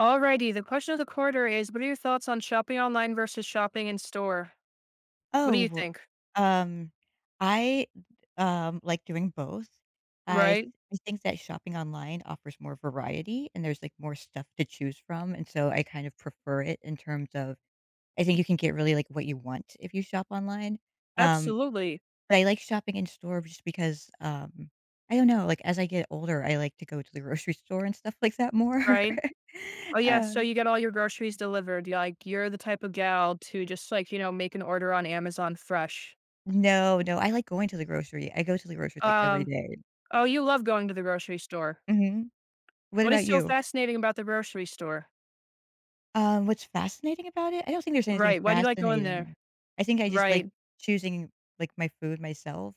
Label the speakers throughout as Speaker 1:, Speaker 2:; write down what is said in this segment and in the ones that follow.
Speaker 1: Alrighty, the question of the quarter is what are your thoughts on shopping online versus shopping in store? What do you
Speaker 2: Oh,
Speaker 1: think?
Speaker 2: um, I, like doing both. I s-
Speaker 1: Right?
Speaker 2: I think that shopping online offers more variety and there's, like, more stuff to choose from, and so I kind of prefer it in terms of I think you can get really, like, what you want if you shop online, um,
Speaker 1: Absolutely.
Speaker 2: but I like shopping in store just because, I don't know, like, as I get older, I like to go to the grocery store and stuff like that more.
Speaker 1: Right? Oh yeah, so
Speaker 2: Um
Speaker 1: you get all your groceries delivered. You're the type of gal to just make an order on Amazon fresh.
Speaker 2: No, no, I like going to the grocery. I go to the grocery, like, every
Speaker 1: Um,
Speaker 2: day.
Speaker 1: oh, you love going to the grocery store.
Speaker 2: Mhm. What
Speaker 1: What
Speaker 2: about
Speaker 1: is so
Speaker 2: you?
Speaker 1: fascinating about the grocery store?
Speaker 2: What's fascinating about it? I don't think there's anything
Speaker 1: Right. Why do you like going there?
Speaker 2: fascinating. I think I just
Speaker 1: Right.
Speaker 2: like choosing, like, my food myself.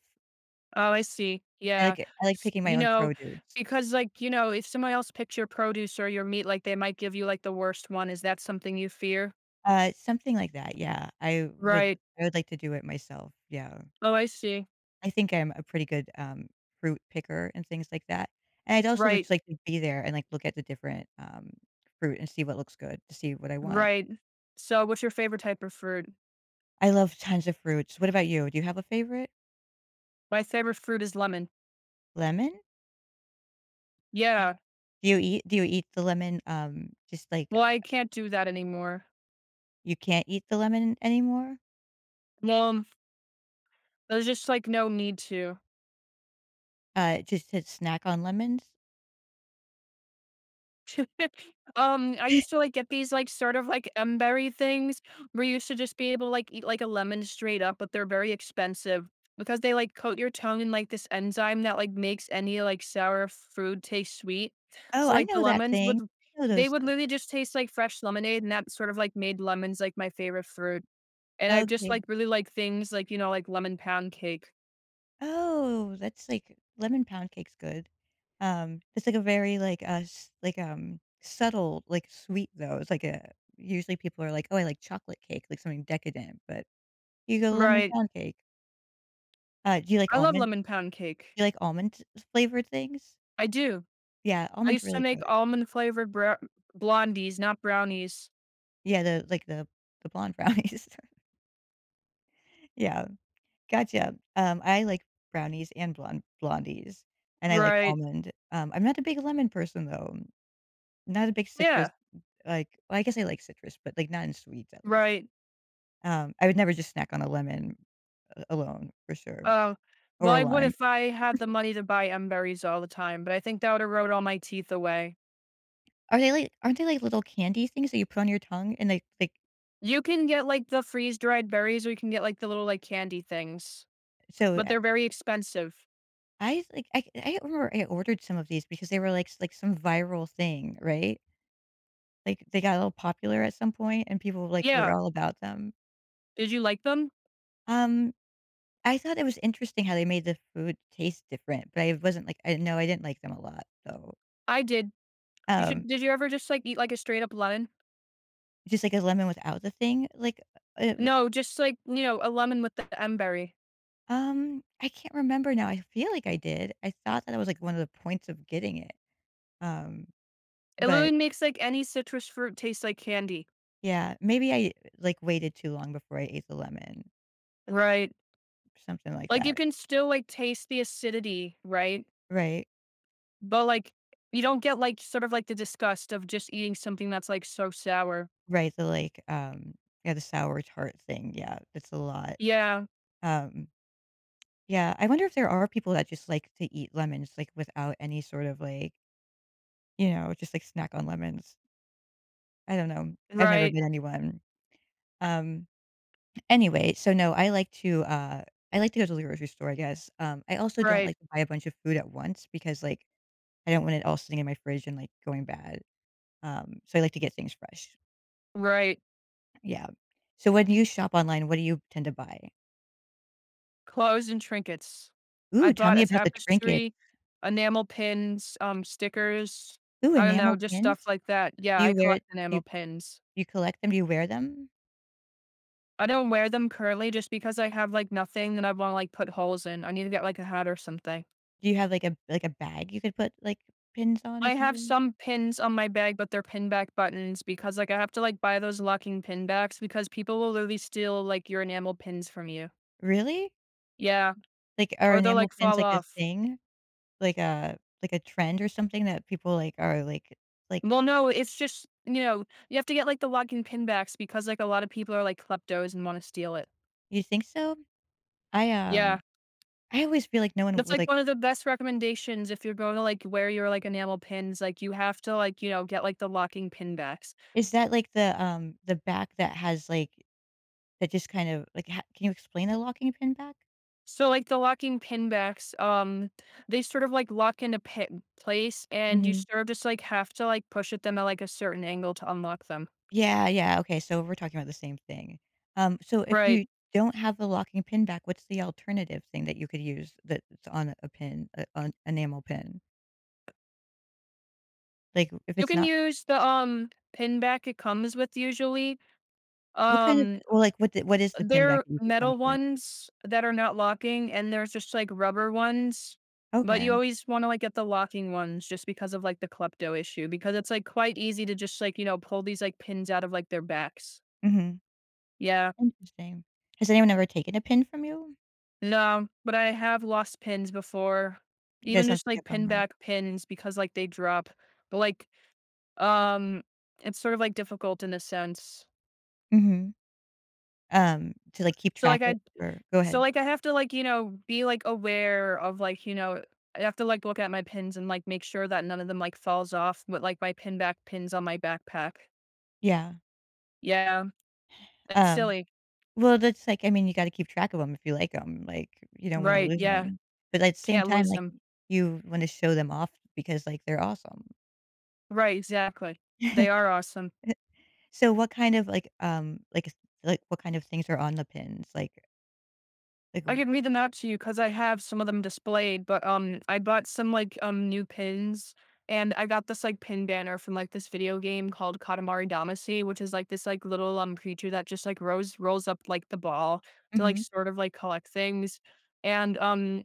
Speaker 1: Oh, I see. Yeah.
Speaker 2: I like
Speaker 1: S-
Speaker 2: picking my
Speaker 1: You
Speaker 2: own
Speaker 1: know,
Speaker 2: produce.
Speaker 1: because if someone else picks your produce or your meat, like they might give you like the worst one. Is that something you fear?
Speaker 2: Something like that, yeah.
Speaker 1: Right.
Speaker 2: I would like to do it myself, yeah.
Speaker 1: Oh, I see.
Speaker 2: I think I'm a pretty good, fruit picker and things like that, and I'd also
Speaker 1: Right.
Speaker 2: just like to be there and, like, look at the different, fruit and see what looks good, to see what I want.
Speaker 1: Right. So, what's your favorite type of fruit?
Speaker 2: I love tons of fruits. What about you? Do you have a favorite?
Speaker 1: My favorite fruit is lemon.
Speaker 2: Lemon?
Speaker 1: Yeah.
Speaker 2: Do you eat the lemon, just, like,
Speaker 1: Well, I can't do that anymore.
Speaker 2: You can't eat the lemon anymore?
Speaker 1: Well, there's just like no need to.
Speaker 2: It just said snack on lemons?
Speaker 1: I used to like get these like sort of like emberry things where you used to just be able to like eat like a lemon straight up, but they're very expensive because they like coat your tongue in like this enzyme that like makes any like sour food taste sweet.
Speaker 2: Oh,
Speaker 1: So
Speaker 2: I
Speaker 1: like the
Speaker 2: know that
Speaker 1: lemons
Speaker 2: thing.
Speaker 1: would
Speaker 2: I know
Speaker 1: they
Speaker 2: those
Speaker 1: would
Speaker 2: things.
Speaker 1: literally just taste like fresh lemonade, and that sort of like made lemons like my favorite fruit. And I just
Speaker 2: Okay.
Speaker 1: like really like things like like lemon pound cake.
Speaker 2: Oh, that's like lemon pound cake's good. It's like a very like, s like, subtle, like, sweet though. It's like a usually people are like, "Oh, I like chocolate cake," like something decadent, but you go lemon
Speaker 1: Right.
Speaker 2: pound cake. Uh, do you like
Speaker 1: I love
Speaker 2: almond
Speaker 1: lemon pound cake.
Speaker 2: do you like almond flavored things?
Speaker 1: I do.
Speaker 2: Yeah,
Speaker 1: I
Speaker 2: almond's
Speaker 1: used to
Speaker 2: really
Speaker 1: make
Speaker 2: good.
Speaker 1: almond flavored brow blondies, not brownies.
Speaker 2: Yeah, the like the blonde brownies. Yeah. Gotcha. I like brownies and blondies, and I like
Speaker 1: Right.
Speaker 2: almond. I'm not a big lemon person, though. Not a big citrus,
Speaker 1: Yeah,
Speaker 2: like well, I guess I like citrus, but, like, not in sweets, at least.
Speaker 1: right.
Speaker 2: I would never just snack on a lemon a alone, for sure,
Speaker 1: Uh, well,
Speaker 2: or a
Speaker 1: I would
Speaker 2: lime.
Speaker 1: if I had the money to buy M berries all the time, but I think that would erode all my teeth away.
Speaker 2: Aren't they like little candy things that you put on your tongue and like
Speaker 1: You can get, like, the freeze dried berries, or you can get, like, the little, like, candy things,
Speaker 2: so,
Speaker 1: but
Speaker 2: uh,
Speaker 1: they're very expensive.
Speaker 2: I remember I ordered some of these because they were like some viral thing, right? Like, they got a little popular at some point, and people, like, were
Speaker 1: Yeah.
Speaker 2: all about them.
Speaker 1: Did you like them?
Speaker 2: Um I thought it was interesting how they made the food taste different, but I wasn't like I know I didn't like them a lot, so,
Speaker 1: I did. You
Speaker 2: um,
Speaker 1: should Did you ever just, like, eat, like, a straight up lemon?
Speaker 2: just like a lemon without the thing, like, uh,
Speaker 1: No, just, a lemon with the M berry.
Speaker 2: I can't remember now, I feel like I did. I thought that was, like, one of the points of getting it, um,
Speaker 1: It
Speaker 2: but
Speaker 1: literally makes, like, any citrus fruit taste like candy.
Speaker 2: yeah, like, waited too long before I ate the lemon,
Speaker 1: Right.
Speaker 2: something like
Speaker 1: Like, you
Speaker 2: that.
Speaker 1: can still, like, taste the acidity, right?
Speaker 2: Right.
Speaker 1: But, like, you don't get, like, sort of, like, the disgust of just eating something that's, like, so sour.
Speaker 2: Right, the, yeah, the sour tart thing, yeah, it's a lot,
Speaker 1: Yeah.
Speaker 2: um Yeah, I wonder if there are people that just like to eat lemons, like, without any sort of, like, just, like, snack on lemons. I don't know. I've never
Speaker 1: Right.
Speaker 2: been anyone. Um, anyway, so no, I like to go to the grocery store, I guess. I also don't
Speaker 1: Right.
Speaker 2: like to buy a bunch of food at once because, like, I don't want it all sitting in my fridge and, like, going bad. So I like to get things fresh.
Speaker 1: Right.
Speaker 2: Yeah. So when you shop online, what do you tend to buy?
Speaker 1: Clothes and trinkets.
Speaker 2: Ooh,
Speaker 1: I
Speaker 2: tell
Speaker 1: bought
Speaker 2: me
Speaker 1: a
Speaker 2: about the trinket.
Speaker 1: tapestry, enamel pins, stickers.
Speaker 2: Ooh,
Speaker 1: I don't know,
Speaker 2: enamel
Speaker 1: just stuff
Speaker 2: pins.
Speaker 1: like that. Yeah,
Speaker 2: Do you
Speaker 1: I
Speaker 2: wear do
Speaker 1: collect
Speaker 2: you
Speaker 1: enamel
Speaker 2: do
Speaker 1: pins.
Speaker 2: you collect them? Do you wear them?
Speaker 1: I don't wear them currently just because I have, like, nothing that I wanna, like, put holes in. I need to get, like, a hat or something.
Speaker 2: Do you have, like, a bag you could put, like, pins on or
Speaker 1: I have
Speaker 2: something?
Speaker 1: some pins on my bag, but they're pin back buttons because, like, I have to, like, buy those locking pin backs because people will literally steal, like, your enamel pins from you.
Speaker 2: Really?
Speaker 1: Yeah,
Speaker 2: Like, are
Speaker 1: or they'll,
Speaker 2: enamel
Speaker 1: like,
Speaker 2: pins,
Speaker 1: fall
Speaker 2: like, a
Speaker 1: off.
Speaker 2: thing? Like a trend or something that people, like, are, like?
Speaker 1: Well, no, it's just, you have to get, like, the locking pin backs because, like, a lot of people are, like, kleptos and want to steal it.
Speaker 2: You think so? I,
Speaker 1: Yeah.
Speaker 2: um I always feel like no one
Speaker 1: That's,
Speaker 2: would,
Speaker 1: like, one of the best recommendations if you're going to, like, wear your, like, enamel pins. Like, you have to, like, get, like, the locking pin backs.
Speaker 2: is that, like, the back that has, that just kind of like, ha can you explain a locking pin back?
Speaker 1: So like the locking pin backs, they sort of like lock in a pin place and you
Speaker 2: Mhm.
Speaker 1: sort of just like have to like push at them at like a certain angle to unlock them.
Speaker 2: Yeah, yeah, okay, so we're talking about the same thing. So if
Speaker 1: Right.
Speaker 2: you don't have the locking pin back, what's the alternative thing that you could use that's on a pin, a on enamel pin? Like, if
Speaker 1: You
Speaker 2: it's
Speaker 1: can
Speaker 2: not
Speaker 1: use the pin back it comes with usually.
Speaker 2: what kind of
Speaker 1: Um
Speaker 2: well, like, what is the pin back
Speaker 1: they're
Speaker 2: it usually comes
Speaker 1: metal
Speaker 2: with?
Speaker 1: ones that are not locking and there's just like rubber ones. But you
Speaker 2: Okay,
Speaker 1: always want to like get the locking ones just because of like the klepto issue because it's like quite easy to just pull these like pins out of like their backs.
Speaker 2: mhm,
Speaker 1: Yeah.
Speaker 2: interesting. Has anyone ever taken a pin from you?
Speaker 1: No, but I have lost pins before.
Speaker 2: That
Speaker 1: Even
Speaker 2: sounds
Speaker 1: just,
Speaker 2: like
Speaker 1: like,
Speaker 2: a
Speaker 1: pin
Speaker 2: bummer.
Speaker 1: back pins because, like, they drop. But, like, um, it's sort of, like, difficult in a sense.
Speaker 2: Mhm, to, like, keep
Speaker 1: So, like,
Speaker 2: track of
Speaker 1: I
Speaker 2: or go
Speaker 1: so,
Speaker 2: ahead.
Speaker 1: like, I have to, like, be, like, aware of, like, you know I have to, like, look at my pins and, like, make sure that none of them, like, falls off with, like, my pin back pins on my backpack.
Speaker 2: Yeah,
Speaker 1: Yeah. It's
Speaker 2: um
Speaker 1: silly.
Speaker 2: Well, that's like I mean, you gotta keep track of them if you like them, like, you don't wanna
Speaker 1: Right,
Speaker 2: lose
Speaker 1: yeah.
Speaker 2: them. But at the same
Speaker 1: Can't
Speaker 2: time,
Speaker 1: lose
Speaker 2: like,
Speaker 1: them.
Speaker 2: you wanna show them off because, like, they're awesome.
Speaker 1: Right, exactly. They are awesome.
Speaker 2: So what kind of, like, what kind of things are on the pins? Like?
Speaker 1: I can read them out to you because I have some of them displayed, but I bought some like new pins and I got this like pin banner from like this video game called Katamari Damacy, which is like this like little creature that just like rolls up like the ball to like
Speaker 2: Mhm.
Speaker 1: sort of like collect things. And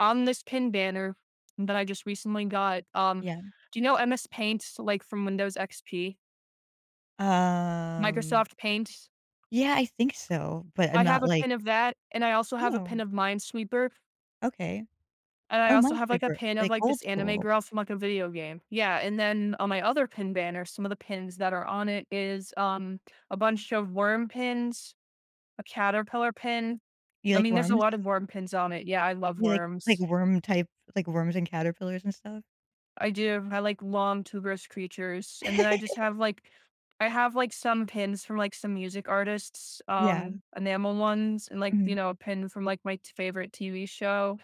Speaker 1: on this pin banner that I just recently got,
Speaker 2: Yeah.
Speaker 1: do you know MS Paint like from Windows XP?
Speaker 2: Um,
Speaker 1: Microsoft Paint.
Speaker 2: yeah, I think so, but I'm
Speaker 1: I have
Speaker 2: not
Speaker 1: a
Speaker 2: like
Speaker 1: pin of that and I also have a
Speaker 2: "Oh,
Speaker 1: pin of Minesweeper.
Speaker 2: okay.
Speaker 1: And I
Speaker 2: Oh,
Speaker 1: also have, like, a
Speaker 2: minesweeper,"
Speaker 1: pin of,
Speaker 2: like,
Speaker 1: like,
Speaker 2: old
Speaker 1: this anime
Speaker 2: school.
Speaker 1: girl from, like, a video game. Yeah, and then on my other pin banner, some of the pins that are on it is, a bunch of worm pins, a caterpillar pin.
Speaker 2: You
Speaker 1: I
Speaker 2: like
Speaker 1: mean, there's a
Speaker 2: worms?
Speaker 1: lot of worm pins on it. Yeah, I love
Speaker 2: You like
Speaker 1: worms.
Speaker 2: worm type worms and caterpillars and stuff?
Speaker 1: I do. I like long, tuberous creatures, and then I just have, like I have, like, some pins from, like, some music artists,
Speaker 2: Yeah.
Speaker 1: enamel ones, and, like,
Speaker 2: Mhm.
Speaker 1: a pin from, like, my t favorite TV show.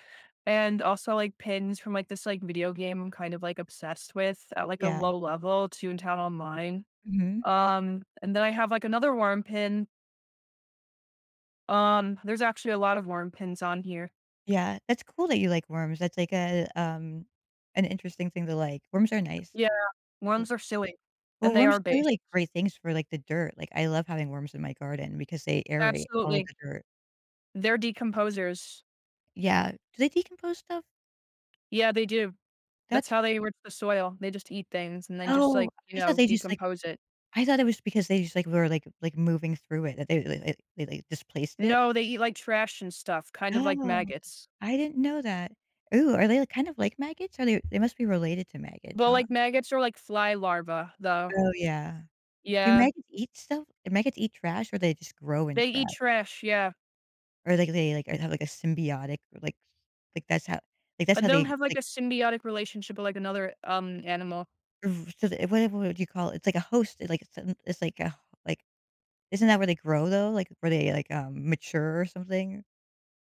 Speaker 1: And also like pins from like this like video game I'm kind of like obsessed with at like a
Speaker 2: Yeah.
Speaker 1: low level, Toontown Online.
Speaker 2: Mhm.
Speaker 1: And then I have like another worm pin. There's actually a lot of worm pins on here.
Speaker 2: Yeah, that's cool that you like worms. That's like a, an interesting thing to like. Worms are nice.
Speaker 1: Yeah, worms are silly,
Speaker 2: Well,
Speaker 1: and they
Speaker 2: worms
Speaker 1: are
Speaker 2: do
Speaker 1: based.
Speaker 2: like great things for like the dirt. Like I love having worms in my garden because they aerate all of
Speaker 1: Absolutely,
Speaker 2: the dirt.
Speaker 1: they're decomposers.
Speaker 2: Yeah. Do they decompose stuff?
Speaker 1: Yeah, they do. That's
Speaker 2: That's
Speaker 1: how they enrich the soil. They just eat things and then just
Speaker 2: oh,
Speaker 1: like decompose it.
Speaker 2: I thought it was because they just like, like moving through it that they like, they like displaced it.
Speaker 1: No, they eat like trash and stuff, kind of like
Speaker 2: Oh,
Speaker 1: maggots.
Speaker 2: I didn't know that. Ooh, are they like, kind of like maggots? Are they must be related to maggots,
Speaker 1: But
Speaker 2: huh?
Speaker 1: like maggots are like fly larvae, though.
Speaker 2: Oh yeah. Do
Speaker 1: Yeah,
Speaker 2: maggots eat stuff? Do maggots eat trash or they just grow in
Speaker 1: they
Speaker 2: trash?
Speaker 1: eat trash, yeah,
Speaker 2: Or like they like have like a symbiotic like like that's how like that's
Speaker 1: but
Speaker 2: how
Speaker 1: they don't
Speaker 2: they
Speaker 1: have, like,
Speaker 2: like
Speaker 1: a symbiotic relationship with, like, another, animal.
Speaker 2: ev so the what do you call it? It's like a host, it's an it's like a like isn't that where they grow though? Like where they like, mature or something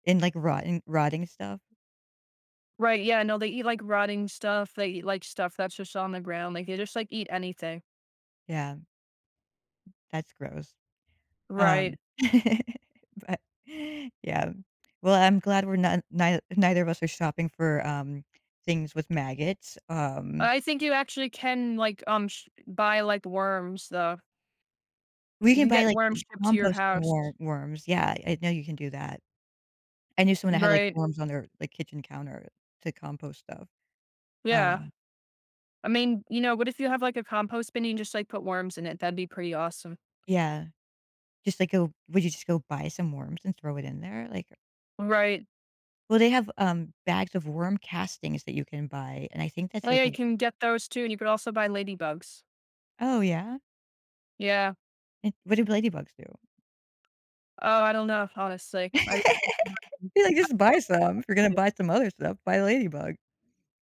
Speaker 2: in like rotten rotting stuff?
Speaker 1: Right, yeah, no, they eat, like, rotting stuff, they eat, like, stuff that's just on the ground, like, they just, like, eat anything.
Speaker 2: Yeah, that's gross. Um,
Speaker 1: Right.
Speaker 2: but yeah. Well, I'm glad we're not neither neither of us are shopping for, things with maggots,
Speaker 1: I think you actually can, like, sh buy, like, worms, though.
Speaker 2: We
Speaker 1: You
Speaker 2: can
Speaker 1: can
Speaker 2: buy,
Speaker 1: get
Speaker 2: like, c
Speaker 1: worms shipped to your
Speaker 2: composting
Speaker 1: house.
Speaker 2: worms, yeah, I know you can do that. I knew someone that had, like,
Speaker 1: Right.
Speaker 2: worms on their, like, kitchen counter to compost stuff.
Speaker 1: Yeah.
Speaker 2: Um,
Speaker 1: I mean, what if you have, like, a compost bin and you just, like, put worms in it? That'd be pretty awesome.
Speaker 2: yeah, just, like, go would you just go buy some worms and throw it in there? Like
Speaker 1: Right.
Speaker 2: well, they have, bags of worm castings that you can buy, and I think that's,
Speaker 1: Oh,
Speaker 2: like
Speaker 1: yeah, you can get those too, and you could also buy ladybugs.
Speaker 2: Oh, yeah?
Speaker 1: Yeah.
Speaker 2: And what do ladybugs do?
Speaker 1: Oh, I don't know, honestly. I
Speaker 2: You're like, "Just buy some. If you're gonna buy some other stuff, buy ladybug."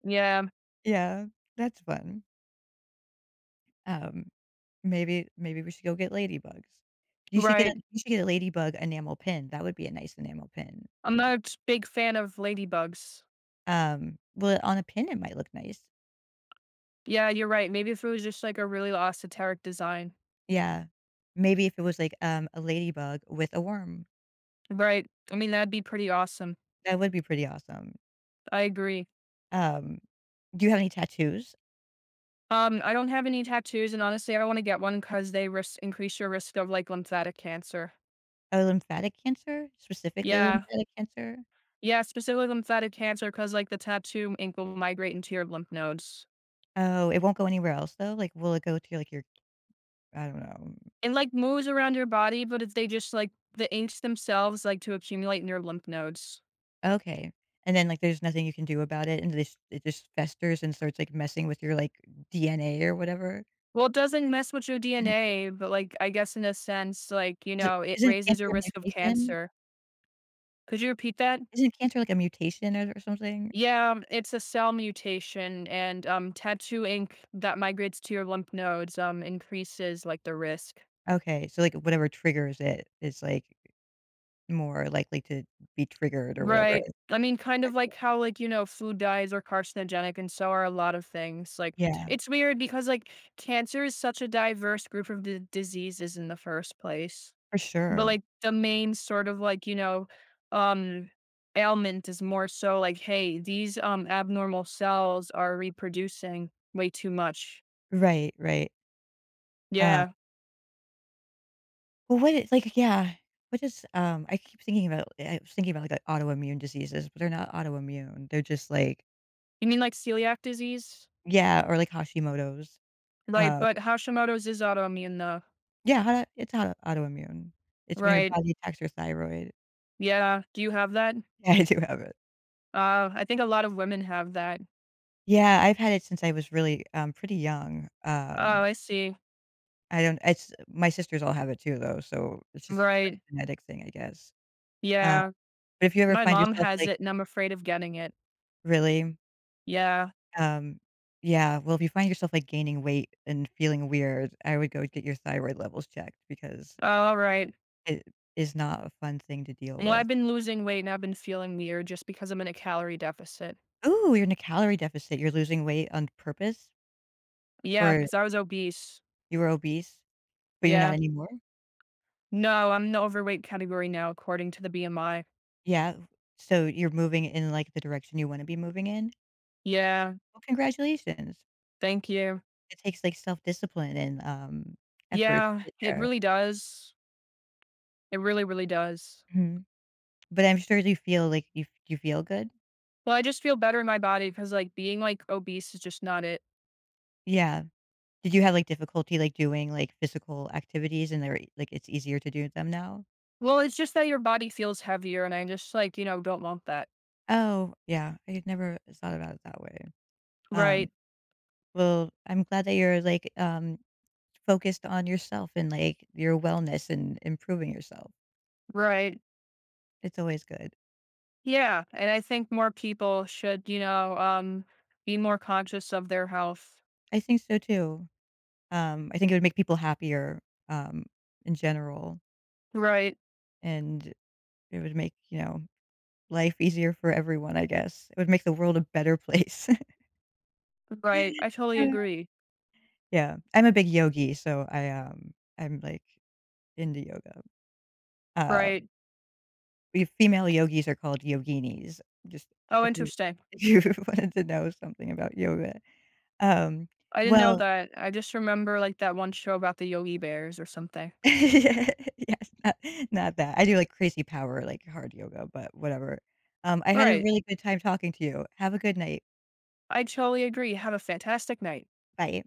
Speaker 1: Yeah,
Speaker 2: Yeah, that's fun. Um maybe we should go get ladybugs.
Speaker 1: right.
Speaker 2: You should get a ladybug enamel pin. That would be a nice enamel pin.
Speaker 1: I'm not a big fan of ladybugs.
Speaker 2: Well, on a pin, it might look nice.
Speaker 1: Yeah, you're right. Maybe if it was just like a really esoteric design.
Speaker 2: Yeah. Maybe if it was like, a ladybug with a worm,
Speaker 1: Right. I mean, that'd be pretty awesome.
Speaker 2: that would be pretty awesome.
Speaker 1: I agree.
Speaker 2: Um, do you have any tattoos?
Speaker 1: I don't have any tattoos, and honestly, I don't want to get one because they risk increase your risk of like lymphatic cancer.
Speaker 2: Oh, lymphatic cancer? Specifically
Speaker 1: Yeah,
Speaker 2: lymphatic cancer?
Speaker 1: yeah, specifically lymphatic cancer because like the tattoo ink will migrate into your lymph nodes.
Speaker 2: Oh, it won't go anywhere else though? Like, will it go to like your I don't know.
Speaker 1: It like moves around your body, but if they just like the inks themselves like to accumulate in your lymph nodes.
Speaker 2: Okay. And then like there's nothing you can do about it and this it just festers and starts like messing with your like DNA or whatever?
Speaker 1: Well, it doesn't mess with your
Speaker 2: Uh-huh.
Speaker 1: DNA, but, like, I guess in a sense, like,
Speaker 2: Is it
Speaker 1: it
Speaker 2: isn't
Speaker 1: raises
Speaker 2: cancer
Speaker 1: your
Speaker 2: a
Speaker 1: risk of
Speaker 2: mutation?
Speaker 1: cancer. Could you repeat that?
Speaker 2: Isn't cancer, like, a mutation or something?
Speaker 1: Yeah, it's a cell mutation and, tattoo ink that migrates to your lymph nodes, increases, like, the risk.
Speaker 2: Okay, so, like, whatever triggers it is, like, more likely to be triggered or whatever.
Speaker 1: Right. I mean, kind of
Speaker 2: Gotcha.
Speaker 1: like how, like, food dyes are carcinogenic and so are a lot of things. Like,
Speaker 2: Yeah,
Speaker 1: it's weird because, like, cancer is such a diverse group of d diseases in the first place.
Speaker 2: for
Speaker 1: But,
Speaker 2: sure.
Speaker 1: like, the main sort of, like, um, ailment is more so like, "Hey, these, abnormal cells are reproducing way too much."
Speaker 2: Right, right. Uh,
Speaker 1: Yeah.
Speaker 2: well, what is like, yeah, what is, I keep thinking about I was thinking about, like, autoimmune diseases, but they're not autoimmune. They're just, like
Speaker 1: You mean like celiac disease?
Speaker 2: yeah, or, like, Hashimoto's.
Speaker 1: Like,
Speaker 2: Um,
Speaker 1: but Hashimoto's is autoimmune though,
Speaker 2: yeah, how it's autoimmune. It's when your
Speaker 1: right?
Speaker 2: body attacks your thyroid.
Speaker 1: Yeah. Do you have that?
Speaker 2: Yeah, I do have it.
Speaker 1: I think a lot of women have that.
Speaker 2: Yeah, I've had it since I was really, pretty young.
Speaker 1: Oh, I see.
Speaker 2: I don't it's my sisters all have it too, though, so it's just some
Speaker 1: Right.
Speaker 2: genetic thing, I guess. Uh,
Speaker 1: Yeah.
Speaker 2: but if you ever
Speaker 1: My
Speaker 2: find
Speaker 1: mom
Speaker 2: yourself,
Speaker 1: has
Speaker 2: like
Speaker 1: it and I'm afraid of getting it.
Speaker 2: really?
Speaker 1: Yeah.
Speaker 2: Um, yeah, well, if you find yourself, like, gaining weight and feeling weird, I would go get your thyroid levels checked because
Speaker 1: Oh, alright.
Speaker 2: it is not a fun thing to deal
Speaker 1: Well, I've
Speaker 2: with.
Speaker 1: been losing weight and I've been feeling weird just because I'm in a calorie deficit.
Speaker 2: Ooh, you're in a calorie deficit. You're losing weight on purpose,
Speaker 1: Yeah,
Speaker 2: or
Speaker 1: because I was obese.
Speaker 2: you were obese, but you're not
Speaker 1: Yeah.
Speaker 2: anymore?
Speaker 1: No, I'm in the overweight category now according to the BMI.
Speaker 2: Yeah, so you're moving in, like, the direction you wanna be moving in?
Speaker 1: Yeah,
Speaker 2: Well, congratulations.
Speaker 1: thank you.
Speaker 2: It takes, like, self-discipline and, effort to
Speaker 1: Yeah,
Speaker 2: get
Speaker 1: it
Speaker 2: there.
Speaker 1: really does. It really, really does.
Speaker 2: Mhm. But I'm sure you feel, you feel good?
Speaker 1: Well, I just feel better in my body because, like, being, like, obese is just not it.
Speaker 2: Yeah. Did you have, like, difficulty, like, doing, like, physical activities and they're like, it's easier to do them now?
Speaker 1: Well, it's just that your body feels heavier, and I just, like, don't want that.
Speaker 2: Oh, yeah. I had never thought about it that way. Um,
Speaker 1: Right.
Speaker 2: well, I'm glad that you're, focused on yourself and, like, your wellness and improving yourself.
Speaker 1: Right.
Speaker 2: It's always good.
Speaker 1: Yeah, and I think more people should, be more conscious of their health.
Speaker 2: I think so too. I think it would make people happier, um, in general.
Speaker 1: Right.
Speaker 2: And it would make, you know, life easier for everyone, I guess. It would make the world a better place.
Speaker 1: Right. I totally
Speaker 2: Uh,
Speaker 1: agree.
Speaker 2: Yeah. I'm a big yogi, so I'm, like, into yoga. Uh,
Speaker 1: Right.
Speaker 2: we female yogis are called yoginis, just
Speaker 1: Oh,
Speaker 2: if you
Speaker 1: interesting.
Speaker 2: if you wanted to know something about yoga. Um,
Speaker 1: I didn't know
Speaker 2: well
Speaker 1: that. I just remember like that one show about the Yogi Bears or something.
Speaker 2: Yes, not that. I do, like, crazy power, like, hard yoga, but whatever. I
Speaker 1: All
Speaker 2: had a
Speaker 1: right.
Speaker 2: really good time talking to you. Have a good night.
Speaker 1: I totally agree. Have a fantastic night.
Speaker 2: Bye.